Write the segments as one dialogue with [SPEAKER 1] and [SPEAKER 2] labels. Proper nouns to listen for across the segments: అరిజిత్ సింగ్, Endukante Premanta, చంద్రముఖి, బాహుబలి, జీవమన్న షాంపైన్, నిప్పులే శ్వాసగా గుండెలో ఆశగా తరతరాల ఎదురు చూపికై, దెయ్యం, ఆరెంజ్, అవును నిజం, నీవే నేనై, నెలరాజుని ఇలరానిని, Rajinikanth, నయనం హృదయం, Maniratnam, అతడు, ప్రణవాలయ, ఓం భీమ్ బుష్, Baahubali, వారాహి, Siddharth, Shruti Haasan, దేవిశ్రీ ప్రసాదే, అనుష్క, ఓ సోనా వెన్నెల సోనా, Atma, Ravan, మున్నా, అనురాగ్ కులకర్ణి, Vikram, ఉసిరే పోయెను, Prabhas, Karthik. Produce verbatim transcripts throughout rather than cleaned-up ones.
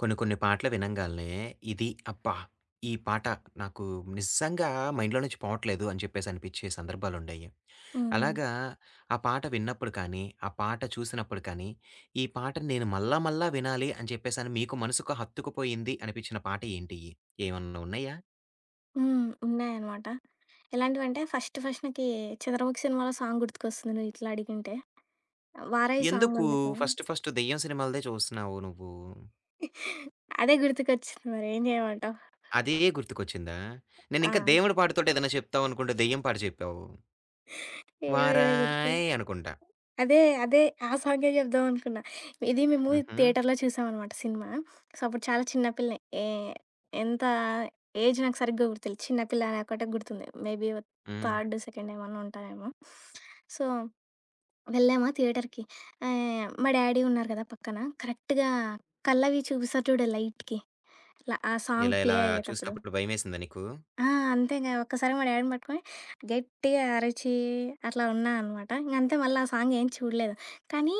[SPEAKER 1] కొన్ని కొన్ని పాటలు వినంగాల్నే ఇది అబ్బా! ఈ పాట నాకు నిజంగా మైండ్‌లో నుంచి పోవట్లేదు అని చెప్పేసి అనిపిచ్చే సందర్భాలుండాయి.
[SPEAKER 2] హ్మ్.
[SPEAKER 1] అలాగా ఆ పాట విన్నప్పుడు కానీ, ఆ పాట చూసినప్పుడు కానీ, ఈ పాటని నేను మళ్ళా మళ్ళా వినాలి అని చెప్పేసని మీకు మనసుకు హత్తుకుపోయింది అనిపిచ్చిన పాట ఏంటియి? ఏమన్నా ఉన్నాయా?
[SPEAKER 2] హ్మ్. ఉన్నాయనమాట. ఎలాంటివంటే ఫస్ట్ ఫస్ట్ నాకి 'చంద్రముఖి' సినిమాలో సాంగ్ గుర్తుకొస్తుంది నువ్విట్లా అడిగింటే. 'వారాహి'
[SPEAKER 1] ఎందుకు
[SPEAKER 2] సాంగుంది కదా!
[SPEAKER 1] ఫస్ట్ ఫస్ట్ దెయ్యం సినిమాలదే చూస్తున్నావు నువ్వు?
[SPEAKER 2] అదే గుర్తుకొచ్చింది మరేం చేయమంటావు.
[SPEAKER 1] అదే గుర్తుకొచ్చిందా?
[SPEAKER 2] ఆ!
[SPEAKER 1] నేనింకా దేవుడి పాటతోటి ఏదైనా చెప్తావనుకుంటే దెయ్యం పాట చెప్పావు.
[SPEAKER 2] ఏవో ఇదే గుర్తు
[SPEAKER 1] వారాయ్ అనుకుంటా.
[SPEAKER 2] అదే అదే ఆ సాంగే చెప్దాం అనుకున్నా. ఇది మేము
[SPEAKER 1] హుహు.
[SPEAKER 2] థియేటర్‌లో చూసామనమాట సినిమా. సో, అప్పుడు చాలా చిన్న పిల్లనే. ఏ ఎంత ఏజ్ నాకు సరిగ్గా గుర్తులేదు. చిన్న పిల్ల అని ఒకటే గుర్తుంది. మేబీ
[SPEAKER 1] హ్మ్.
[SPEAKER 2] థర్డ్, సెకండ్ ఏమన్నా ఉంటానేమో. సో వెళ్ళామా థియేటర్‌కి. ఆహ్, మా డ్యాడీ ఉన్నారు కదా పక్కన. కరెక్ట్‌గా కళ్ళవి చూపిస్తారు చూడు లైట్‌కి. ల ఆ సాంగ్
[SPEAKER 1] ఇలా
[SPEAKER 2] ప్లే
[SPEAKER 1] ఇలా
[SPEAKER 2] అయ్యేతప్పుడు.
[SPEAKER 1] చూసినప్పుడు భయమేసిందా నీకు?
[SPEAKER 2] ఆ! అంతేగా ఒక్కసారి మా డ్యాడీని పట్టుకొని గట్టిగా అరిచి అట్లా ఉన్నా అనమాట. ఇంక అంతే మళ్ళీ ఆ సాంగ్ ఏం చూడలేదు. కానీ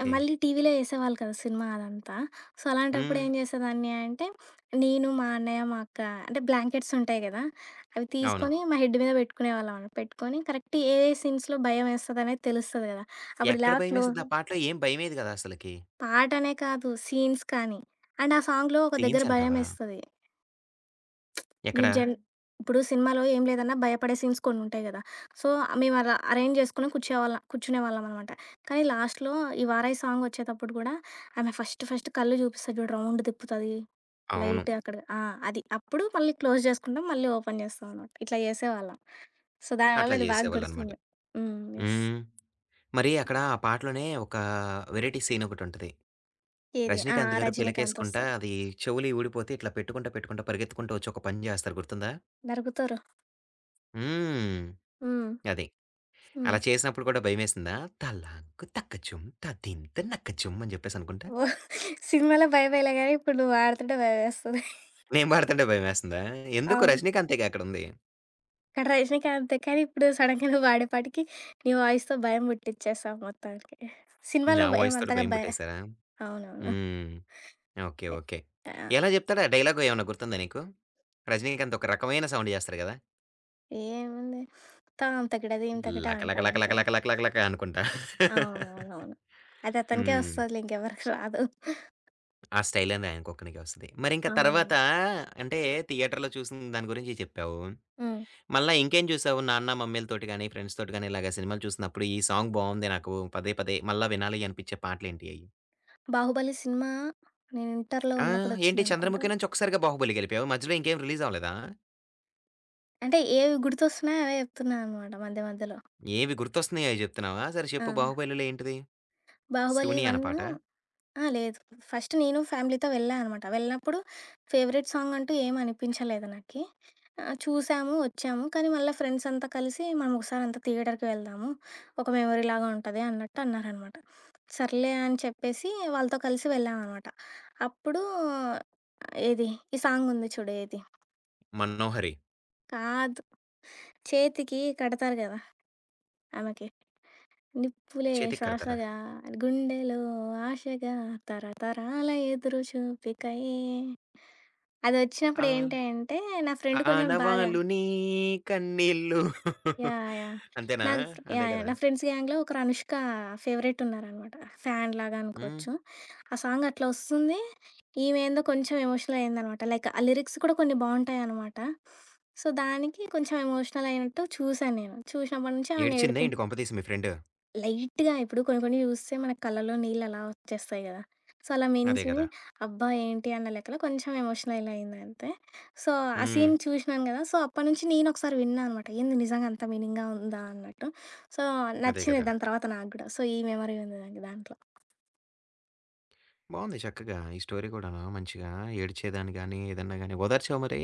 [SPEAKER 2] ఆ, మళ్ళీ టీవీలో ఏసేవాళ్ళు కదా సినిమా అదంతా. సో, అలాంటప్పుడు
[SPEAKER 1] హ్మ్.
[SPEAKER 2] ఏం చేసేదాన్ని అంటే నేను, మా అన్నయ్య, మా అక్క అంటే బ్లాంకెట్స్ ఉంటాయి కదా! అవి
[SPEAKER 1] అవును.
[SPEAKER 2] తీసుకొని మా హెడ్ మీద పెట్టుకునేవాళ్ళం. పెట్టుకొని కరెక్ట్ ఏ సీన్స్‌లో భయమేస్తదనేది తెలుస్తది కదా! అప్పుడు ఇలా
[SPEAKER 1] ఎక్కడ
[SPEAKER 2] క్లో
[SPEAKER 1] భయమేసిద్ది? ఆ పాటలో ఏం భయమేయదు గదా అసలకి.
[SPEAKER 2] పాటనే కాదు. సీన్స్ కానీ. అండ్ ఆ సాంగ్‌లో ఒక దగ్గర
[SPEAKER 1] సీన్స్ అంటావా?
[SPEAKER 2] భయమేస్తది.
[SPEAKER 1] ఎక్కడ?
[SPEAKER 2] మేము జన్ హ్మ్. ఇప్పుడు సినిమాలో ఏం లేదన్నా భయపడే సీన్స్ కొన్నుంటాయి గదా! సో, మేమలా అరేంజ్ జేసుకొని కూర్చేవాళ్ళం కూర్చునేవాళ్ళమనమాట. కానీ లాస్ట్‌లో ఈ 'వారాహి' సాంగ్ ఒచ్చేటప్పుడు గూడా ఆమె ఫస్ట్ ఫస్ట్ కళ్ళు చూపిస్తది చూడు రౌండ్ తిప్పుతది.
[SPEAKER 1] అవును.
[SPEAKER 2] లైట్ అక్కడ ఆ! అది. అప్పుడు మళ్ళీ క్లోజ్ జేసుకుంటాం. మళ్ళీ ఓపెన్ జేస్తామనమాట. ఇట్లా జేసేవాళ్ళం. సో, దానివల్ల
[SPEAKER 1] అట్లా
[SPEAKER 2] అది బాగా నైస్.
[SPEAKER 1] జేసేవాళ్ళనమాట.
[SPEAKER 2] గుర్తుంది. హ్మ్. యెస్.
[SPEAKER 1] హ్మ్. మరి అక్కడ ఆ పాటలోనే ఒక వెరైటీ సీన్ ఒకటుంటది.
[SPEAKER 2] ఏది? ఆ!
[SPEAKER 1] 'రజనీకాంత్'
[SPEAKER 2] ఆ!
[SPEAKER 1] గారు
[SPEAKER 2] రజినీకాంత్
[SPEAKER 1] పిలకేసుకుంటా
[SPEAKER 2] ఒస్తారు.
[SPEAKER 1] అది చెవులియి ఊడిపోతే ఇట్లా పెట్టుకుంటా, పెట్టుకుంటా పరిగెత్తుకుంటూ వచ్చి ఒక పని జేస్తారు గుర్తుందా?
[SPEAKER 2] నరుకుతారు.
[SPEAKER 1] హ్మ్.
[SPEAKER 2] హ్మ్.
[SPEAKER 1] అది.
[SPEAKER 2] హ్మ్.
[SPEAKER 1] అలా చేసినప్పుడు కూడా భయమేసిందా? తలాంకు తక్కచుమ్ తదింత నక్కచుమ్ అని జెప్పేసనుకుంటా.
[SPEAKER 2] ఓహ్! సినిమాలో భయం వేయలే గానీ, ఇప్పుడు నువ్వు పాడుతుంటే భయమేస్తది.
[SPEAKER 1] నేను పాడుతుంటే భయమేస్తుందా? ఎందుకు
[SPEAKER 2] అవును.
[SPEAKER 1] 'రజనీకాంతే‌గా' అక్కడుంది.
[SPEAKER 2] కానీ రజనీకాంతే. కానీ ఇప్పుడు సడన్‌గా నువ్వు పాడేపాటికి నీ వాయిస్‌తో భయం పుట్టిచ్చేసావు మొత్తానికి. సినిమాలో
[SPEAKER 1] నా వాయిస్‌తోటి
[SPEAKER 2] ఏమంతగా
[SPEAKER 1] భయం
[SPEAKER 2] భయ
[SPEAKER 1] పుట్టేసారా?
[SPEAKER 2] అవునవును.
[SPEAKER 1] హ్మ్. ఓకే.
[SPEAKER 2] ఎ
[SPEAKER 1] ఓకే.
[SPEAKER 2] ఆ!
[SPEAKER 1] ఎలా జెప్తాడు? ఆ డైలాగ్ ఏమన్నా గుర్తుందా నీకు? 'రజనీకాంత్' ఒక రకమైన సౌండ్ జేస్తాడు గదా!
[SPEAKER 2] ఏముంది? తాం తకిడ దీం తకిట
[SPEAKER 1] లక లక లక
[SPEAKER 2] అంటాడంతే.
[SPEAKER 1] లక లక లక లక లక అనుకుంటా.
[SPEAKER 2] అవునవునవును. అది అతనికే
[SPEAKER 1] హ్మ్.
[SPEAKER 2] వస్తదిలే ఇంకెవరికి రాదు.
[SPEAKER 1] ఆ స్టైల్ అనేది ఆయనకొక్కనికే ఒస్తది. మరింక
[SPEAKER 2] అవునవును.
[SPEAKER 1] తర్వాత అంటే థియేటర్‌లో చూసిన దాని గురించి చెప్పావు.
[SPEAKER 2] హ్మ్.
[SPEAKER 1] మళ్ళా ఇంకేం జూసావు? నాన్న, మమ్మీలతోటి గాని, ఫ్రెండ్స్‌తోటి గాని ఇలాగ సినిమాలు చూసినప్పుడు ఈ సాంగ్ బావుంది నాకు పదే పదే మళ్ళా వినాలి అనిపిచ్చే పాటలేంటి అయి?
[SPEAKER 2] 'బాహుబలి' సినిమా నేను ఇంటర్‌లో
[SPEAKER 1] ఆ! ఏంటి
[SPEAKER 2] ఉన్నప్పుడొచ్చిందనుకుంటా.
[SPEAKER 1] 'చంద్రముఖి' నుంచి ఒక్కసారిగా 'బాహుబలి' గెలిపావు. మధ్యలో ఇంకేం రిలీజ్ అవ్వలేదా?
[SPEAKER 2] అంటే ఏవి గుర్తొస్తున్నాయో అవే చెప్తున్నా అనమాట మధ్య మధ్యలో.
[SPEAKER 1] ఏవి గుర్తొస్తున్నాయో అయి జెప్తున్నావా? సరే
[SPEAKER 2] ఆ!
[SPEAKER 1] చెప్పు 'బాహుబలిలో' ఏంటిది?
[SPEAKER 2] 'బాహుబలి
[SPEAKER 1] 'శివుని' అన
[SPEAKER 2] వన్'
[SPEAKER 1] పాట?
[SPEAKER 2] ఆ! లేదు. ఫస్ట్ నేను ఫ్యామిలీతో వెళ్ళా అనమాట. వెళ్ళినప్పుడు ఫేవరెట్ సాంగ్ అంటూ ఏం అనిపించలేదు నాకి. ఆహ్, చూసాము, వచ్చాము. కానీ మళ్ళా ఫ్రెండ్స్ అంతా కలిసి మనం ఒకసారంతా థియేటర్‌కి వెళ్దాము. ఒక మెమొరీలాగా ఉంటది అన్నట్టు అన్నారనమాట. సర్లే అని చెప్పేసి వాళ్ళతో కలిసి వెళ్ళామనమాట. అప్పుడు ఆ, ఏది ఈ సాంగ్ ఉంది చూడు ఏది?
[SPEAKER 1] 'మనోహరి'
[SPEAKER 2] కాదు చేతికి కడతారు గదా! ఆమెకి. 'నిప్పులే
[SPEAKER 1] చేతికి కడతారా?
[SPEAKER 2] శ్వాసగా గుండెలో ఆశగా తరతరాల ఎదురు చూపికై' అదొచ్చినప్పుడు
[SPEAKER 1] ఆన్
[SPEAKER 2] ఏంటి అంటే, నా ఫ్రెండ్ కొంచెం బాగా
[SPEAKER 1] ఆనవాలు నీ కన్నీళ్ళు
[SPEAKER 2] యాహ్! యాహ్!
[SPEAKER 1] అంతేనా?
[SPEAKER 2] నాకు
[SPEAKER 1] అదే
[SPEAKER 2] యాహ్! యాహ్!
[SPEAKER 1] గదా!
[SPEAKER 2] నా ఫ్రెండ్స్ గ్యాంగ్‌లో ఒకరు అనుష్క ఫేవరెట్ ఉన్నారనమాట. ఫ్యాన్ లాగా
[SPEAKER 1] హ్మ్.
[SPEAKER 2] అనుకోవచ్చు. ఆ సాంగ్ అట్లా వస్తుంది. ఈమె ఏందో కొంచెం ఎమోషనల్ అయిందనమాట. లైక్ ఆ లిరిక్స్ కూడా కొన్ని బావుంటాయనమాట. సో, దానికి కొంచెం ఎమోషనల్ అయినట్టు చూసాను నేను. చూసినప్పటి నుంచి ఆమెని
[SPEAKER 1] ఏడ్చిందా
[SPEAKER 2] ఏడిపిం
[SPEAKER 1] ఏంటి కొంపదీసి మీ ఫ్రెండు?
[SPEAKER 2] లైట్‌గా ఇప్పుడు కొన్ని కొన్ని చూస్తే మన కళ్ళలో నీళ్ళు అలా వచ్చేస్తాయి గదా! సో, అలా
[SPEAKER 1] అదే
[SPEAKER 2] మీనింగ్స్ విని
[SPEAKER 1] గదా!
[SPEAKER 2] అబ్బా! ఏంటి అన్న లెక్కలో కొంచెం ఎమోషనల్ అయింది అంతే. సో, ఆ
[SPEAKER 1] హ్మ్.
[SPEAKER 2] సీన్ చూసినాను గదా! సో, అప్పటినుంచి నేను ఒకసారి విన్నా అనమాట. ఏంది నిజంగా అంత మీనింగ్‌గా ఉందా అన్నట్టు. సో,
[SPEAKER 1] అదే
[SPEAKER 2] నచ్చింది
[SPEAKER 1] గదా!
[SPEAKER 2] దాని తర్వాత నాకు గూడా. సో, ఈ మెమరీ ఉంది నాకు దాంట్లో.
[SPEAKER 1] బావుంది చక్కగా ఈ స్టోరీ గూడాను మంచిగా ఏడ్చేదాన్ని గాని, ఏదన్నా గాని ఓదార్చావా మరి?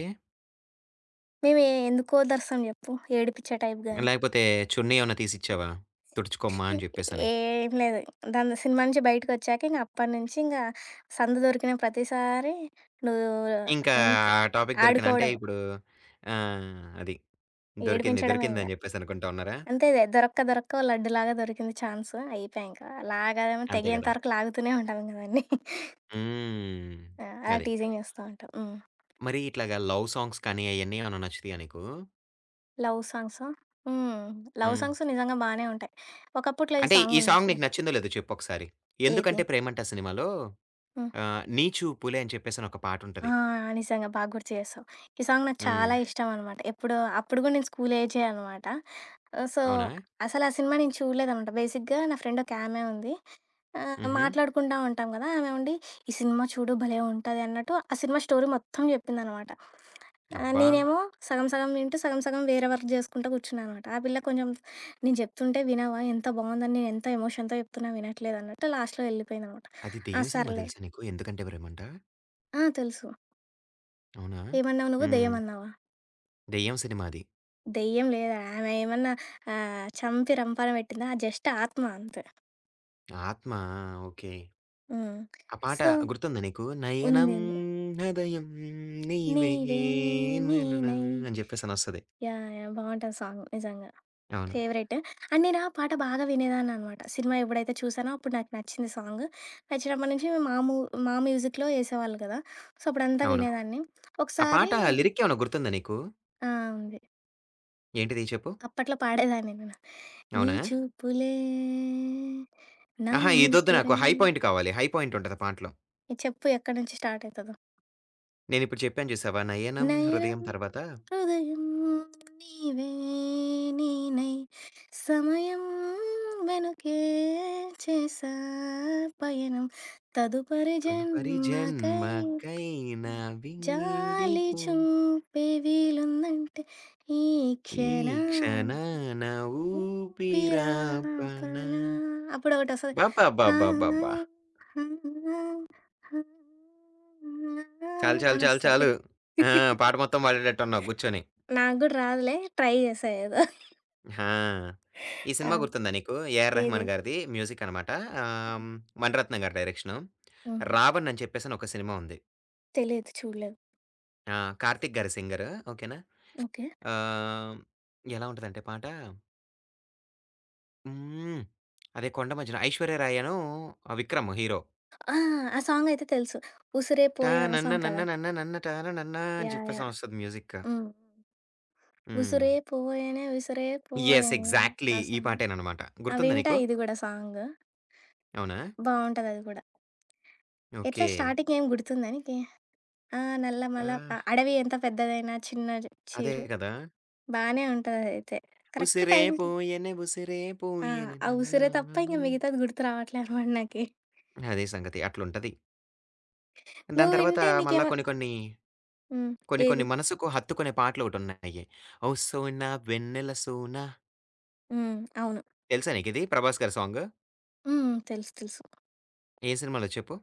[SPEAKER 2] మేము ఏ- ఎందుకో ఓదారుస్తాం జెప్పు ఏడిపిచ్చే టైప్ గాని.
[SPEAKER 1] లేకపోతే చున్నీ ఏమన్నా తీసిచ్చావా? తుడుచుకోమ్మా అని జెప్పేసని?
[SPEAKER 2] ఏం లేదు. దాని సినిమా నుంచి బయటకొచ్చాక ఇంక అప్పటినుంచి ఇంగ సందు దొరికిన ప్రతిసారి నువ్వు
[SPEAKER 1] ఇంకా
[SPEAKER 2] అంతే.
[SPEAKER 1] ఆ టాపిక్ దొరికిన అంటే
[SPEAKER 2] ఆడుకోవడం.
[SPEAKER 1] ఇప్పుడు ఆహ్, అది. దొరికింది,
[SPEAKER 2] ఏడిపించడమే ఇంగ.
[SPEAKER 1] దొరికిందని జెప్పేసనుకుంటా ఉన్నారా?
[SPEAKER 2] అంతే ఇదే దొరక్క దొరక్క ఓ లడ్డులాగా దొరికింది ఛాన్స్. అయిపాయే ఇంక. లాగడం
[SPEAKER 1] అంతే
[SPEAKER 2] తెగేంత
[SPEAKER 1] గదా!
[SPEAKER 2] వరకు లాగుతూనే ఉంటాం ఇంక దాన్ని.
[SPEAKER 1] హ్మ్.
[SPEAKER 2] ఆ! అలా
[SPEAKER 1] అది.
[SPEAKER 2] టీజింగ్ చేస్తా ఉంటాం. హ్మ్.
[SPEAKER 1] మరి ఇట్లాగా లవ్ సాంగ్స్ కానీ అయన్నీ ఏమన్నా నచ్చుతాయా నీకు?
[SPEAKER 2] లవ్ సాంగ్సా? హ్మ్. లవ్
[SPEAKER 1] హ్మ్.
[SPEAKER 2] సాంగ్స్ నిజంగా బానే ఉంటాయి. ఒకప్పట్లో ఈ
[SPEAKER 1] అంటే ఈ
[SPEAKER 2] సాంగుంది
[SPEAKER 1] సాంగ్
[SPEAKER 2] చూడు.
[SPEAKER 1] నీకు నచ్చిందో లేదో చెప్పొకసారి.
[SPEAKER 2] ఏది?
[SPEAKER 1] 'ఎందుకంటే ప్రేమంట' సినిమాలో
[SPEAKER 2] హ్మ్.
[SPEAKER 1] ఆహ్, 'నీ చూపులే' అని చెప్పేసని ఒక
[SPEAKER 2] ఆ!
[SPEAKER 1] పాటుంటది.
[SPEAKER 2] నిజంగా బాగా గుర్తు చేశావు. ఈ సాంగ్ నాకు
[SPEAKER 1] హ్మ్.
[SPEAKER 2] చాలా ఇష్టమనమాట. ఎప్పుడో అప్పుడు గూడా నేను స్కూల్ ఏజే అనమాట. ఆహ్, సో,
[SPEAKER 1] అవునా?
[SPEAKER 2] అసలా సినిమా నేను చూడలేదనమాట. బేసిక్‌గా నా ఫ్రెండ్ ఒకామె ఉంది. ఆహ్,
[SPEAKER 1] హుహు.
[SPEAKER 2] మాట్లాడుకుంటా ఉంటాం గదా! ఆమె ఉండి, "ఈ సినిమా చూడు భలే ఉంటది" అన్నట్టు ఆ సినిమా స్టోరీ మొత్తం జెప్పిందనమాట. ఆహ్,
[SPEAKER 1] అబ్బా!
[SPEAKER 2] నేనేమో సగం సగం వింటూ, సగం సగం వేరే వర్క్ జేసుకుంటా కూర్చున్నా అనమాట. ఆ పిల్ల కొంచెం నేను చెప్తుంటే వినవా? ఎంత బావుందని నేను ఎంత ఎమోషన్‌తో చెప్తున్నా వినట్లేదన్నట్టు లాస్ట్‌లో వెళ్ళిపోయిందనమాట.
[SPEAKER 1] అది
[SPEAKER 2] ఆ!
[SPEAKER 1] దెయ్యం సినిమా
[SPEAKER 2] సర్లే
[SPEAKER 1] తెలుసా నీకు 'ఎందుకంటే ప్రేమంట'?
[SPEAKER 2] ఆ! తెలుసు.
[SPEAKER 1] అవునా?
[SPEAKER 2] ఏమన్నావు నువ్వు?
[SPEAKER 1] హ్మ్.
[SPEAKER 2] దెయ్యమన్నావా?
[SPEAKER 1] దెయ్యం సినిమా అది.
[SPEAKER 2] దెయ్యం లేదా? ఆమె ఏమన్నా ఆహ్, చంపి రంపాన పెట్టిందా? జస్ట్ ఆత్మ అంతే.
[SPEAKER 1] 'ఆత్మ' ఓకే.
[SPEAKER 2] హ్మ్.
[SPEAKER 1] ఆ పాట
[SPEAKER 2] సో
[SPEAKER 1] గుర్తుందా నీకు?
[SPEAKER 2] ఉంది.
[SPEAKER 1] 'నయనం
[SPEAKER 2] ఉంది.
[SPEAKER 1] హృదయం నీవే
[SPEAKER 2] నీవే
[SPEAKER 1] నననా'
[SPEAKER 2] నేనై
[SPEAKER 1] అని జెప్పేసనొస్తది.
[SPEAKER 2] యాహ్! యాహ్! బావుంటది సాంగ్ నిజంగా.
[SPEAKER 1] అవును.
[SPEAKER 2] ఫేవరెట్. అండ్ నేను ఆ పాట బాగా వినేదాన్ననమాట. సినిమా ఎప్పుడైతే చూసానో అప్పుడు నాకు నచ్చింది సాంగ్. నచ్చినప్పటి నుంచి మా మూ మా మ్యూజిక్‌లో ఏసేవాళ్ళు కదా! సో అప్పుడంతా
[SPEAKER 1] అవును.
[SPEAKER 2] వినేదాన్ని.
[SPEAKER 1] ఆ
[SPEAKER 2] ఒకసారి
[SPEAKER 1] పాట లిరిక్కేమన్నా గుర్తుందా నీకు?
[SPEAKER 2] ఆ! ఉంది.
[SPEAKER 1] ఏంటిది చెప్పు?
[SPEAKER 2] అప్పట్లో పాడేదాన్ని నేను. నీ
[SPEAKER 1] అవునా?
[SPEAKER 2] చూపులే నా
[SPEAKER 1] అహా! ఇదొద్దు నాకు.
[SPEAKER 2] ఊపిరై
[SPEAKER 1] హై పాయింట్ కావాలి. హై పాయింట్ ఉంటది పాటలో.
[SPEAKER 2] చెప్పు ఎక్కడి నుంచి స్టార్ట్ అయితదో?
[SPEAKER 1] నేనిప్పుడు చెప్పాను చూసావా? 'నయనం
[SPEAKER 2] నయనం
[SPEAKER 1] హృదయం' తర్వాత
[SPEAKER 2] హృదయం నీవే నేనై సమయం వెనుకే చేసా పయనం తదుపరి
[SPEAKER 1] తదుపరి
[SPEAKER 2] జన్మకై
[SPEAKER 1] జన్మకైనా
[SPEAKER 2] జాలి
[SPEAKER 1] వీడిపో
[SPEAKER 2] చూపే వీలుందంటే ఈ
[SPEAKER 1] ఈ
[SPEAKER 2] క్షణ
[SPEAKER 1] క్షణాన ఊపిరాపన.
[SPEAKER 2] ఊపిరాపన అప్పుడు ఒకటి వస్తుంది హా,
[SPEAKER 1] అబ్బబ్బబ్బబ్బబ్బబ్బా!
[SPEAKER 2] హా, హా, హా
[SPEAKER 1] చాలు. చాలు.
[SPEAKER 2] అని
[SPEAKER 1] చాలు.
[SPEAKER 2] వస్తుంది
[SPEAKER 1] చాలు. ఆ! పాట మొత్తం పాడేటట్టున్నావు కూర్చొని.
[SPEAKER 2] నాకు గూడా రాదులే. ట్రై జేశా ఏదో.
[SPEAKER 1] ఆ! ఈ సినిమా
[SPEAKER 2] ఆ!
[SPEAKER 1] గుర్తుందా నీకు? ఏ ఆర్
[SPEAKER 2] ఏది?
[SPEAKER 1] రెహమాన్ గారిది మ్యూజిక్ అనమాట. ఆహ్, మణిరత్నం గారి డైరెక్షను.
[SPEAKER 2] హుహు.
[SPEAKER 1] 'రావణ్' అని చెప్పేసని ఒక సినిమా ఉంది.
[SPEAKER 2] తెలీదు. చూడలేదు.
[SPEAKER 1] ఆ! కార్తీక్ గారు సింగరు. ఓకేనా.
[SPEAKER 2] ఓకే.
[SPEAKER 1] ఆహ్, ఎలా ఉంటదంటే పాట హ్మ్. అదే కొండ మధ్యన 'ఐశ్వర్య రాయను' ఆ, విక్రమ్ హీరో.
[SPEAKER 2] ఆ! ఆ సాంగయితే తెలుసు. 'ఉసిరే
[SPEAKER 1] టా
[SPEAKER 2] పోయెను' ఆ
[SPEAKER 1] నన్న
[SPEAKER 2] సాంగ్
[SPEAKER 1] నన్న
[SPEAKER 2] కదా!
[SPEAKER 1] నన్న నన్న టాన నన్న అని
[SPEAKER 2] యాహ్! యాహ్!
[SPEAKER 1] చెప్పేసని వస్తది మ్యూజిక్.
[SPEAKER 2] హ్మ్.
[SPEAKER 1] హ్మ్.
[SPEAKER 2] 'ఉసిరే పోయెనే ఉసిరే
[SPEAKER 1] యెస్.
[SPEAKER 2] పోయెనే'
[SPEAKER 1] ఎగ్జాక్ట్‌లీ.
[SPEAKER 2] ఆ
[SPEAKER 1] ఈ
[SPEAKER 2] సాంగ్.
[SPEAKER 1] పాటేననమాట.
[SPEAKER 2] ఆ!
[SPEAKER 1] గుర్తుందా
[SPEAKER 2] వింటా
[SPEAKER 1] నీకు?
[SPEAKER 2] ఇది గూడా సాంగ్.
[SPEAKER 1] అవునా?
[SPEAKER 2] బావుంటదది గూడా. ఎట్లా
[SPEAKER 1] ఓకే.
[SPEAKER 2] స్టార్టింగ్ ఏం గుర్తుందా నీకి? ఆ! నల్ల
[SPEAKER 1] ఆ!
[SPEAKER 2] మల అ అడవి ఎంత పెద్దదైనా చిన్న
[SPEAKER 1] అదే
[SPEAKER 2] చీరు
[SPEAKER 1] గదా!
[SPEAKER 2] బానే ఉంటదదైతే. కరెక్ట్
[SPEAKER 1] ఉసిరే
[SPEAKER 2] టైంకి
[SPEAKER 1] పోయెనె ఉసిరే
[SPEAKER 2] ఆ!
[SPEAKER 1] పోయెనె
[SPEAKER 2] ఆ ఉసిరే
[SPEAKER 1] టననాన
[SPEAKER 2] తప్ప ఇంక మిగతాది గుర్తు రావట్లే అనమాట నాకి.
[SPEAKER 1] అదే సంగతి. అట్లుంటది.
[SPEAKER 2] నువ్వు
[SPEAKER 1] దాని తర్వాత
[SPEAKER 2] వింటే నీకేమ
[SPEAKER 1] మళ్ళా కొన్ని కొన్ని,
[SPEAKER 2] హ్మ్.
[SPEAKER 1] కొన్ని
[SPEAKER 2] ఏది?
[SPEAKER 1] కొన్ని మనసుకు హత్తుకునే పాటలొకటున్నాయి. ఓ సోనా వెన్నెల సోనా
[SPEAKER 2] హ్మ్. అవును.
[SPEAKER 1] తెలుసా నీకిది? 'ప్రభాస్' గారి సాంగ్.
[SPEAKER 2] హ్మ్. తెలుసు. తెలుసు.
[SPEAKER 1] ఏ సినిమాలో చెప్పు?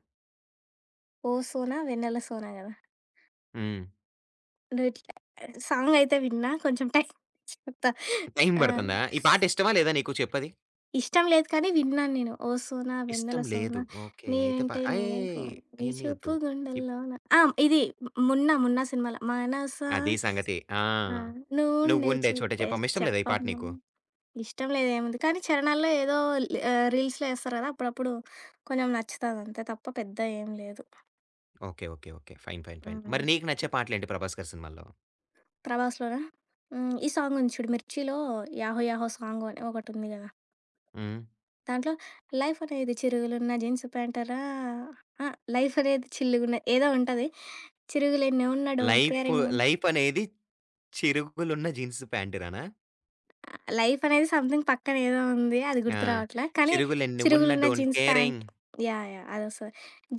[SPEAKER 2] 'ఓ సోనా వెన్నెల సోనా' గదా!
[SPEAKER 1] హ్మ్.
[SPEAKER 2] నువ్విట్లా సాంగ్ అయితే విన్నా కొంచెం టైం చెప్తా.
[SPEAKER 1] టైం
[SPEAKER 2] ఆ!
[SPEAKER 1] పడుతుందా? ఈ పాట ఇష్టమా లేదా నీకు చెప్పది?
[SPEAKER 2] ఇష్టం లేదు కానీ విన్నాను నేను. 'ఓ సోనా వెన్నెల
[SPEAKER 1] ఇష్టం
[SPEAKER 2] సోనా
[SPEAKER 1] లేదు. ఓకే.
[SPEAKER 2] నీ
[SPEAKER 1] అయితే ప
[SPEAKER 2] వెంటే నేనైపోనా
[SPEAKER 1] అయేయ్!
[SPEAKER 2] నీ
[SPEAKER 1] అయన్నీ
[SPEAKER 2] చూపు
[SPEAKER 1] ఒద్దు. ఇప్
[SPEAKER 2] గుండెల్లోన' ఆ! ఇది 'మున్నా' 'మున్నా' సినిమాలో మనసా
[SPEAKER 1] అదీ సంగతి. ఆ!
[SPEAKER 2] ఆ! నువ్వుండే
[SPEAKER 1] 'నువ్వుండే చోటే
[SPEAKER 2] చుట్టే
[SPEAKER 1] చెప్పమ్మ' ఇష్టం లేదా ఈ పాట
[SPEAKER 2] చెప్పమ్మా
[SPEAKER 1] నీకు?
[SPEAKER 2] ఇష్టం లేదు ఏముంది. కానీ చరణాల్లో ఏదో ఆహ్, రీల్స్‌లో ఏస్తారు గదా! అప్పుడప్పుడు కొంచెం నచ్చుతదంతే తప్ప పెద్ద ఏం లేదు.
[SPEAKER 1] Okay. Okay. Okay. Fine. Fine. Fine.
[SPEAKER 2] హ్మ్.
[SPEAKER 1] మరి నీకు నచ్చే పాటలేంటి 'ప్రభాస్' గారి సినిమాల్లో?
[SPEAKER 2] 'ప్రభాస్‌లోనా'? హ్మ్. ఈ సాంగుంది చూడు 'మిర్చిలో' 'యాహో యాహో' సాంగ్ అని ఒకటుంది గదా!
[SPEAKER 1] హ్మ్.
[SPEAKER 2] దాంట్లో లైఫ్ అనేది చిరుగులున్న జీన్స్ ప్యాంటరా ఆ! లైఫ్ అనేది చిల్లుగున్న ఏదో ఉంటది. చిరుగులెన్ని ఉన్న డోంట్
[SPEAKER 1] 'లైఫ్
[SPEAKER 2] కేరింగ్
[SPEAKER 1] లైఫ్ అనేది చిరుగులున్న జీన్స్ ప్యాంటురానా?
[SPEAKER 2] లైఫ్ అనేది సంథింగ్ పక్కన ఏదో ఉంది. అది
[SPEAKER 1] ఆ!
[SPEAKER 2] గుర్తు రావట్లే. కానీ
[SPEAKER 1] చిరుగులెన్ని ఉన్నా
[SPEAKER 2] చిరుగులున్న
[SPEAKER 1] don't
[SPEAKER 2] jeans pant
[SPEAKER 1] caring
[SPEAKER 2] yeah! Yeah! అదొస్తది.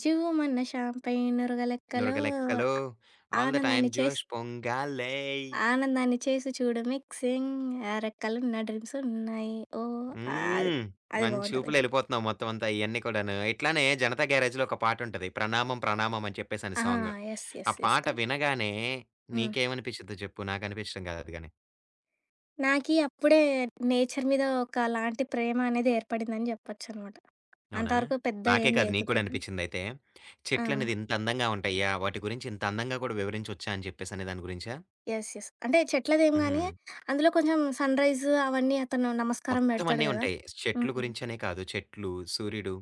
[SPEAKER 2] 'జీవమన్న షాంపైన్ నురగ లెక్కలో
[SPEAKER 1] నురగలెక్కలో ఆల్ ద టైమ్
[SPEAKER 2] ఆనందాన్ని చేస్'
[SPEAKER 1] జోష్ పొంగాలే.
[SPEAKER 2] ఆనందాన్ని చేసి చూడు మిక్సింగ్ ఆ రెక్కలు నా డ్రీమ్స్ ఉన్నాయి. ఓహ్! ఆహ్, అది.
[SPEAKER 1] హ్మ్.
[SPEAKER 2] అది
[SPEAKER 1] మంచి
[SPEAKER 2] బావుంటది.
[SPEAKER 1] ఊపులో ఎళ్ళిపోతున్నావు మొత్తం అంతా ఇయన్నీ కూడాను. ఇట్లానే 'జనతా గ్యారేజ్‌లో' ఒక పాటుంటది. 'ప్రణామం ప్రణామం' అని చెప్పేసని
[SPEAKER 2] ఆ!
[SPEAKER 1] సాంగ్.
[SPEAKER 2] యెస్. యెస్.
[SPEAKER 1] ఆ
[SPEAKER 2] యెస్.
[SPEAKER 1] పాట
[SPEAKER 2] కరెక్ట్.
[SPEAKER 1] వినగానే
[SPEAKER 2] హ్మ్.
[SPEAKER 1] నీకేమనిపిచ్చిద్దో చెప్పు? నాకనిపించడం కాదు అది గాని.
[SPEAKER 2] నాకీ అప్పుడే నేచర్ మీద ఒకలాంటి ప్రేమ అనేది ఏర్పడిందని జెప్పొచ్చనమాట.
[SPEAKER 1] అవునా?
[SPEAKER 2] అంతవరకు పెద్ద
[SPEAKER 1] నాకే
[SPEAKER 2] ఏం
[SPEAKER 1] కాదు నీకు కూడా
[SPEAKER 2] లేకుంటుండే.
[SPEAKER 1] అనిపించిందయితే.
[SPEAKER 2] ఆ!
[SPEAKER 1] చెట్లనేది ఇంత అందంగా ఉంటాయా? వాటి గురించి ఇంత అందంగా కూడా వివరించొచ్చా అని చెప్పేసనే దాని గురించా?
[SPEAKER 2] యెస్. యెస్. అంటే చెట్లదేం
[SPEAKER 1] హుహు.
[SPEAKER 2] గానీ, అందులో కొంచెం సన్‌రైజ్ అవన్నీ అతను నమస్కారం
[SPEAKER 1] మొత్తం
[SPEAKER 2] బెడతాడు
[SPEAKER 1] అన్నీ
[SPEAKER 2] గదా!
[SPEAKER 1] ఉంటాయి. చెట్లు
[SPEAKER 2] హ్మ్.
[SPEAKER 1] గురించనే కాదు. చెట్లు, సూర్యుడు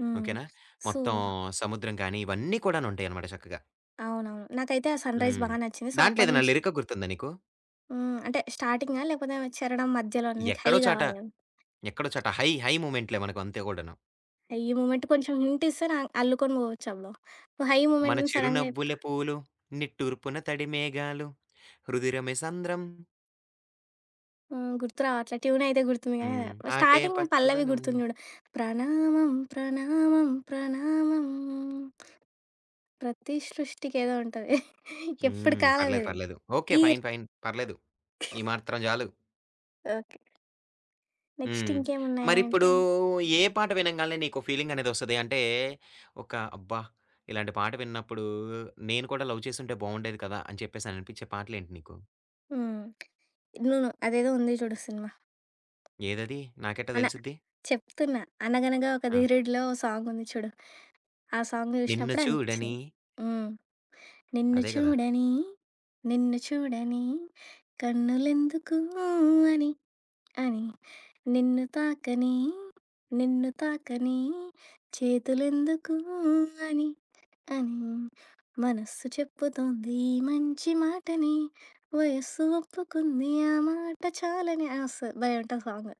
[SPEAKER 2] హ్మ్.
[SPEAKER 1] ఓకేనా?
[SPEAKER 2] సో
[SPEAKER 1] మొత్తం సముద్రం కానీ ఇవన్నీ కూడానుంటాయనమాట చక్కగా.
[SPEAKER 2] అవునవును. నాకైతే ఆ సన్‌రైజ్ బా
[SPEAKER 1] హ్మ్.
[SPEAKER 2] నచ్చింది. సో,
[SPEAKER 1] దాంట్లో
[SPEAKER 2] అప్పటి
[SPEAKER 1] ఏదైనా
[SPEAKER 2] నుంచి
[SPEAKER 1] లిరిక గుర్తుందా నీకు?
[SPEAKER 2] హ్మ్. అంటే స్టార్టింగా? లేకపోతే చేరడం మధ్యలోనా? నీకు హై
[SPEAKER 1] ఎక్కడో చాట,
[SPEAKER 2] గావాలి గదా!
[SPEAKER 1] ఎక్కడో చాట హై, హై మూమెంట్‌లే మనకు అంతే కూడాను.
[SPEAKER 2] హై మూమెంట్ కొంచెం హింట్ ఇస్తే నా అల్లుకొని పోవచ్చు అందులో. నువ్వు హై
[SPEAKER 1] మన
[SPEAKER 2] మూమెంట్‌ని సడెన్‌గా చెప్
[SPEAKER 1] చిరునవ్వుల పూలు, నిట్టూర్పున తడి మేఘాలు, హృదిరమె సంద్రం,
[SPEAKER 2] హ్మ్. గుర్తు రావట్లే. ట్యూన్ అయితే గుర్తుంది గానీ,
[SPEAKER 1] హ్మ్. ఆటే
[SPEAKER 2] స్టార్టింగ్ పల్లవి
[SPEAKER 1] పచ్చదనం.
[SPEAKER 2] గుర్తుంది చూడు. ప్రణామం ప్రణామం ప్రణామం ప్రతి సృష్టికి ఏదో ఉంటది. ఎప్పటి
[SPEAKER 1] హ్మ్.
[SPEAKER 2] కాలం
[SPEAKER 1] పర్లేదు.
[SPEAKER 2] ఇది.
[SPEAKER 1] పర్లేదు. ఓకే.
[SPEAKER 2] ఈ
[SPEAKER 1] ఫైన్. ఫైన్. పర్లేదు. ఈ మాత్రం చాలు.
[SPEAKER 2] ఓకే. నెక్స్ట్
[SPEAKER 1] హ్మ్.
[SPEAKER 2] ఇంకేమున్నాయంటే
[SPEAKER 1] మరిప్పుడు ఏ పాట వినంగాల్నే నీకో ఫీలింగనేదొస్తది? అంటే ఒక అబ్బా! ఇలాంటి పాట విన్నప్పుడు నేను కూడా లవ్ చేసుంటే బావుండేది కదా! అని చెప్పేసననిపించే పాటలేంటి నీకు?
[SPEAKER 2] హ్మ్. నువ్వు అదేదో ఉంది చూడు సినిమా.
[SPEAKER 1] ఏదది? నాకెట్టా
[SPEAKER 2] అన
[SPEAKER 1] తెలిసిద్ది?
[SPEAKER 2] చెప్తున్నా. 'అనగనగా ఒక
[SPEAKER 1] ఆ!
[SPEAKER 2] ధీరుడిలో' ఓ సాంగ్ ఉంది చూడు. ఆ సాంగ్
[SPEAKER 1] 'నిన్ను
[SPEAKER 2] జూషినప్పుడే అనిపిచ్చింది.
[SPEAKER 1] చూడని'
[SPEAKER 2] హ్మ్. నిన్ను
[SPEAKER 1] అదే గదా!
[SPEAKER 2] చూడని, నిన్ను చూడని కన్నులెందుకు అని, అని నిన్ను తాకని, నిన్ను తాకని చేతులెందుకు అని, అని మనస్సు చెప్పుతోంది ఈ మంచి మాటని, వయస్సు ఒప్పుకుంది ఆ మాట చాలని. ఆ! స భలే ఉంటది సాంగ్.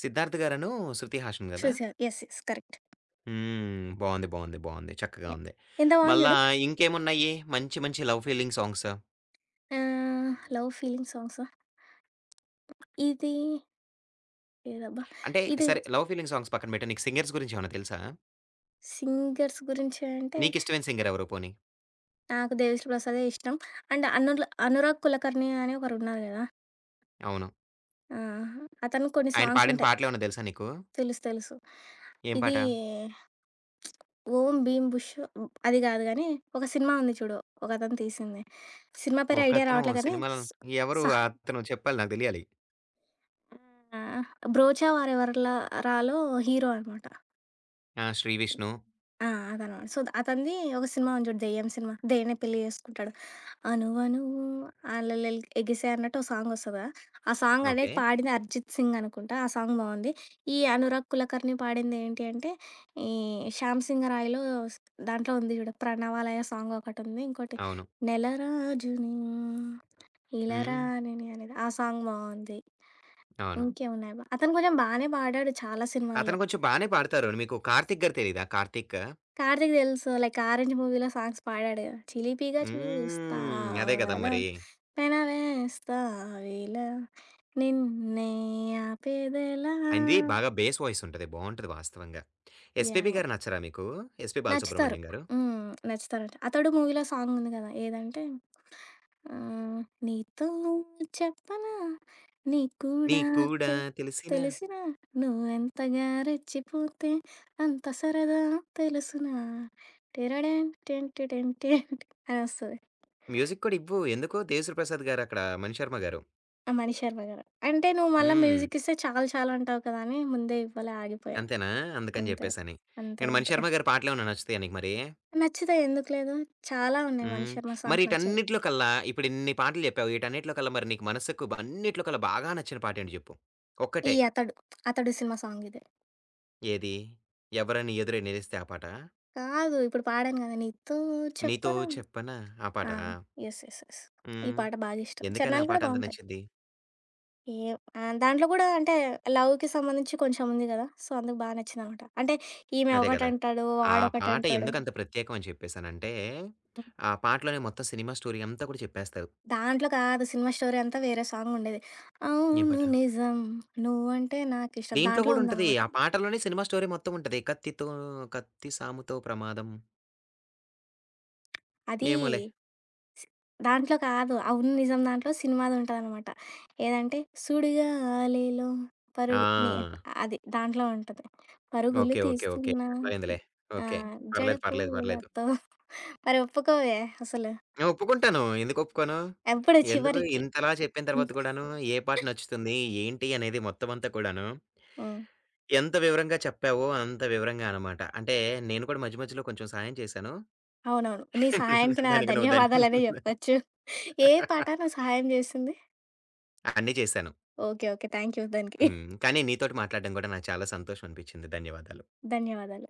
[SPEAKER 1] సిద్ధార్థ్ గారనూ, శృతి హాసన్ గదా!
[SPEAKER 2] చూసా. యెస్. యెస్. కరెక్ట్.
[SPEAKER 1] హ్మ్. బావుంది. బావుంది. బావుంది. చక్కగా
[SPEAKER 2] యాహ్!
[SPEAKER 1] ఉంది.
[SPEAKER 2] ఎంత బావుంది
[SPEAKER 1] మళ్ళా
[SPEAKER 2] జూడు.
[SPEAKER 1] ఇంకేమున్నాయి మంచి మంచి లవ్ ఫీలింగ్ సాంగ్స్?
[SPEAKER 2] ఆహ్, లవ్ ఫీలింగ్ సాంగ్స్. ఇది లేదబ్బా!
[SPEAKER 1] అంటే
[SPEAKER 2] ఇది
[SPEAKER 1] సరే లవ్ ఫీలింగ్ సాంగ్స్ పక్కన పెట్టు. నీకు సింగర్స్ గురించేమన్నా తెలుసా?
[SPEAKER 2] సింగర్స్ గురించి అంటే
[SPEAKER 1] నీకిష్టమైన సింగర్ ఎవరు పోనీ?
[SPEAKER 2] నాకు 'దేవిశ్రీ ప్రసాదే' ఇష్టం. అండ్ అనుల్ 'అనురాగ్ కులకర్ణి' అని ఒకరున్నారు గదా!
[SPEAKER 1] అవును.
[SPEAKER 2] ఆ! అతను కొన్ని
[SPEAKER 1] ఆయన
[SPEAKER 2] సాంగ్స్
[SPEAKER 1] పాడిన
[SPEAKER 2] ఉంటాయి.
[SPEAKER 1] పాటలేమన్నా తెలుసా నీకు?
[SPEAKER 2] తెలుసు తెలుసు.
[SPEAKER 1] ఏం
[SPEAKER 2] ఇది
[SPEAKER 1] పాట?
[SPEAKER 2] 'ఓం భీమ్ బుష్' అది గాదు గానీ, ఒక సినిమా ఉంది చూడు ఒకతను తీసింది. సినిమా పేరు ఐడియా
[SPEAKER 1] ఒకతను
[SPEAKER 2] రావట్లే కానీ,
[SPEAKER 1] సినిమాలో
[SPEAKER 2] స
[SPEAKER 1] ఎవరు
[SPEAKER 2] సహ్
[SPEAKER 1] అతను చెప్పాలి నాకు తెలియాలి.
[SPEAKER 2] ఆ! 'బ్రోచా వారెవర్ల రా'లో హీరో అనమాట.
[SPEAKER 1] ఆ! 'శ్రీ విష్ణు'.
[SPEAKER 2] ఆ! అదనమాట. సో, అతనిది ఒక సినిమా ఉంది చూడు 'దెయ్యం' సినిమా. దెయ్యాన్నే పెళ్లి చేసుకుంటాడు. అనువనువు అలలెల్ ఎగిసే అన్నట్టు ఓ సాంగ్ వస్తది కదా! ఆ సాంగ్ అనేది
[SPEAKER 1] ఓకే.
[SPEAKER 2] పాడింది 'అరిజిత్ సింగ్' అనుకుంటా. ఆ సాంగ్ బావుంది. ఈ అనురాగ్ కులకర్ణి పాడింది ఏంటి అంటే, ఈ 'శ్యామ్ సింగరాయ'లో స్ దాంట్లో ఉంది చూడు 'ప్రణవాలయ' సాంగ్ ఒకటుంది. ఇంకోటి
[SPEAKER 1] అవును.
[SPEAKER 2] 'నెలరాజుని
[SPEAKER 1] హ్మ్.
[SPEAKER 2] ఇలరానిని' అనేది ఆ సాంగ్ బావుంది.
[SPEAKER 1] అవును.
[SPEAKER 2] ఇంకేమున్నాయబ్బా! అతను కొంచెం బానే పాడాడు చాలా సినిమాల్లో.
[SPEAKER 1] అతను కొంచెం బానే పాడతారు. మీకు 'కార్తీక్' గారు తెలీదా? 'కార్తీక్'?
[SPEAKER 2] కార్తీక్ తెలుసు. లైక్ 'ఆరెంజ్' మూవీలో సాంగ్స్ పాడాడు గదా! చిలిపిగా
[SPEAKER 1] హ్మ్. అదే కదా
[SPEAKER 2] చూస్తావలా
[SPEAKER 1] మరి.
[SPEAKER 2] పెన వేస్తావేలా నిన్నే ఆపేదెలా
[SPEAKER 1] ఆయనది బాగా బేస్ వాయిస్ ఉంటది. బావుంటది వాస్తవంగా. S P B
[SPEAKER 2] yeah!
[SPEAKER 1] గారు నచ్చరా మీకు? ఎస్ పీ
[SPEAKER 2] నచ్చుతారు.
[SPEAKER 1] బాలసుబ్రహ్మణ్యం గారు.
[SPEAKER 2] హ్మ్. నచ్చుతారంట. 'అతడు' మూవీలో సాంగుంది గదా! ఏదంటే ఆహ్, నీతో చెప్పనా నీ కూడా
[SPEAKER 1] నీకు కూడా
[SPEAKER 2] తె
[SPEAKER 1] తెలిసిన
[SPEAKER 2] తెలిసినా నువ్వెంతగా రెచ్చిపోతే అంత సరదా తెలుసునా టిరడెన్ టిన్ టిడెన్ టిన్ అనొస్తది.
[SPEAKER 1] మ్యూజిక్ కూడా ఇవ్వు. ఎందుకు 'దేశ్ ప్రసాద్' గారు అక్కడ 'మణి శర్మ' గారు.
[SPEAKER 2] ఆ 'మణి శర్మ' గారు. అంటే నువ్వు మళ్ళా
[SPEAKER 1] హ్మ్.
[SPEAKER 2] మ్యూజిక్ ఇస్తే చాలు చాలు అంటావు కదా! అని ముందే ఇవ్వలే ఆగిపోయా.
[SPEAKER 1] అంతేనా? అందుకని
[SPEAKER 2] అంతే.
[SPEAKER 1] జెప్పేసని.
[SPEAKER 2] అంతే
[SPEAKER 1] ఇక్కడ 'మణి
[SPEAKER 2] అంతే.
[SPEAKER 1] శర్మ' గారి పాటలేమన్నా నచ్చుతాయా నీకు మరి?
[SPEAKER 2] నచ్చుతాయి ఎందుకు లేదు. చాలా ఉన్నాయి 'మణి
[SPEAKER 1] హ్మ్.
[SPEAKER 2] శర్మ'
[SPEAKER 1] మరి
[SPEAKER 2] సాంగ్స్ నచ్చేవి.
[SPEAKER 1] ఈటన్నిట్లో కల్లా ఇప్పుడు ఇన్ని పాటలు జెప్పావు. ఈటన్నిట్లో కల్లా మరి నీకు మనసుకు బ అన్నిట్లో కల్లా బాగా నచ్చిన పాటేంటి జెప్పు?
[SPEAKER 2] ఈ
[SPEAKER 1] ఒక్కటే.
[SPEAKER 2] 'అతడు'. 'అతడు' సినిమా సాంగ్ ఇదే.
[SPEAKER 1] ఏది? 'ఎవరని ఎదురై నిలిస్తే' ఆ పాటా?
[SPEAKER 2] కాదు ఇప్పుడు పాడాను గదా! నీతో
[SPEAKER 1] 'నీతో
[SPEAKER 2] చెప్పనా
[SPEAKER 1] చెప్పనా' ఆ
[SPEAKER 2] ఆ!
[SPEAKER 1] పాటా?
[SPEAKER 2] యెస్. యెస్. యెస్. ఈ
[SPEAKER 1] హ్మ్.
[SPEAKER 2] పాట బాగా ఇష్టం.
[SPEAKER 1] ఎందుకని ఆ
[SPEAKER 2] చరణాలు
[SPEAKER 1] పాట
[SPEAKER 2] కూడా
[SPEAKER 1] అంత
[SPEAKER 2] బావుంటాయి.
[SPEAKER 1] నచ్చింది?
[SPEAKER 2] ఏ ఆహ్, దాంట్లో గూడా అంటే లవ్‌కి సంబంధించి కొంచెం ఉంది గదా! సో, అందుకు బా నచ్చిందనమాట. అంటే ఈమె
[SPEAKER 1] అదే గదా!
[SPEAKER 2] ఒకటంటాడు,
[SPEAKER 1] ఆ పాట
[SPEAKER 2] వాడొకటంటాడు.
[SPEAKER 1] ఎందుకంత ప్రత్యేకం అని చెప్పేసనంటే,
[SPEAKER 2] హ్మ్.
[SPEAKER 1] ఆ పాటలోనే మొత్తం సినిమా స్టోరీ అంతా కూడా చెప్పేస్తారు.
[SPEAKER 2] దాంట్లో కాదు సినిమా స్టోరీ అంతా వేరే సాంగుండేది.
[SPEAKER 1] ఏం
[SPEAKER 2] అవును
[SPEAKER 1] పాట?
[SPEAKER 2] నిజం నువ్వంటే నాకిష్టం
[SPEAKER 1] దీంట్లో
[SPEAKER 2] దాంట్లో
[SPEAKER 1] గూడా ఉంటది.
[SPEAKER 2] ఉందనమాట.
[SPEAKER 1] ఆ పాటలోనే సినిమా స్టోరీ మొత్తం ఉంటది. కత్తితో కత్తి సాముతో ప్రమాదం.
[SPEAKER 2] అది
[SPEAKER 1] ఏమోలే.
[SPEAKER 2] స్ దాంట్లో కాదు. 'అవును నిజం' దాంట్లో సినిమాదుంటదనమాట. ఏదంటే సుడిగాలిలో పరుగు ని
[SPEAKER 1] ఆ!
[SPEAKER 2] అది దాంట్లో ఉంటది. పరుగులు
[SPEAKER 1] ఓకే. ఓకే. ఓకే.
[SPEAKER 2] తీస్తున్నా
[SPEAKER 1] అర్థమైందిలే. ఓకే.
[SPEAKER 2] ఆహ్, జడ
[SPEAKER 1] పర్లేదు. పర్లేదు. పర్లేదు.
[SPEAKER 2] పూలతో మరి ఒప్పుకోవే అసలు.
[SPEAKER 1] నేను ఒప్పుకుంటాను. ఎందుకు ఒప్పుకోను?
[SPEAKER 2] ఎప్పుడు
[SPEAKER 1] ఎందుకు
[SPEAKER 2] చివరికి.
[SPEAKER 1] ఇంతలా చెప్పిన తర్వాత కూడాను ఏ పాట నచ్చుతుంది? ఏంటి? అనేది మొత్తం అంతా కూడాను
[SPEAKER 2] హ్మ్.
[SPEAKER 1] ఎంత వివరంగా చెప్పావో అంత వివరంగా అనమాట. అంటే నేను కూడా మధ్య మధ్యలో కొంచెం సాయం చేశాను.
[SPEAKER 2] అవునవును. నీ సహాయానికి నా
[SPEAKER 1] దానికి నువ్వు దన్
[SPEAKER 2] ధన్యవాదాలనే జెప్పొచ్చు. ఏ పాట నువ్వు సహాయం జేసింది?
[SPEAKER 1] అన్నీ చేశాను.
[SPEAKER 2] ఓకే. ఓకే. థాంక్ యూ దానికి.
[SPEAKER 1] హ్మ్. కానీ నీతోటి మాట్లాడడం కూడా నాకు చాలా సంతోషం అనిపించింది. ధన్యవాదాలు.
[SPEAKER 2] ధన్యవాదాలు.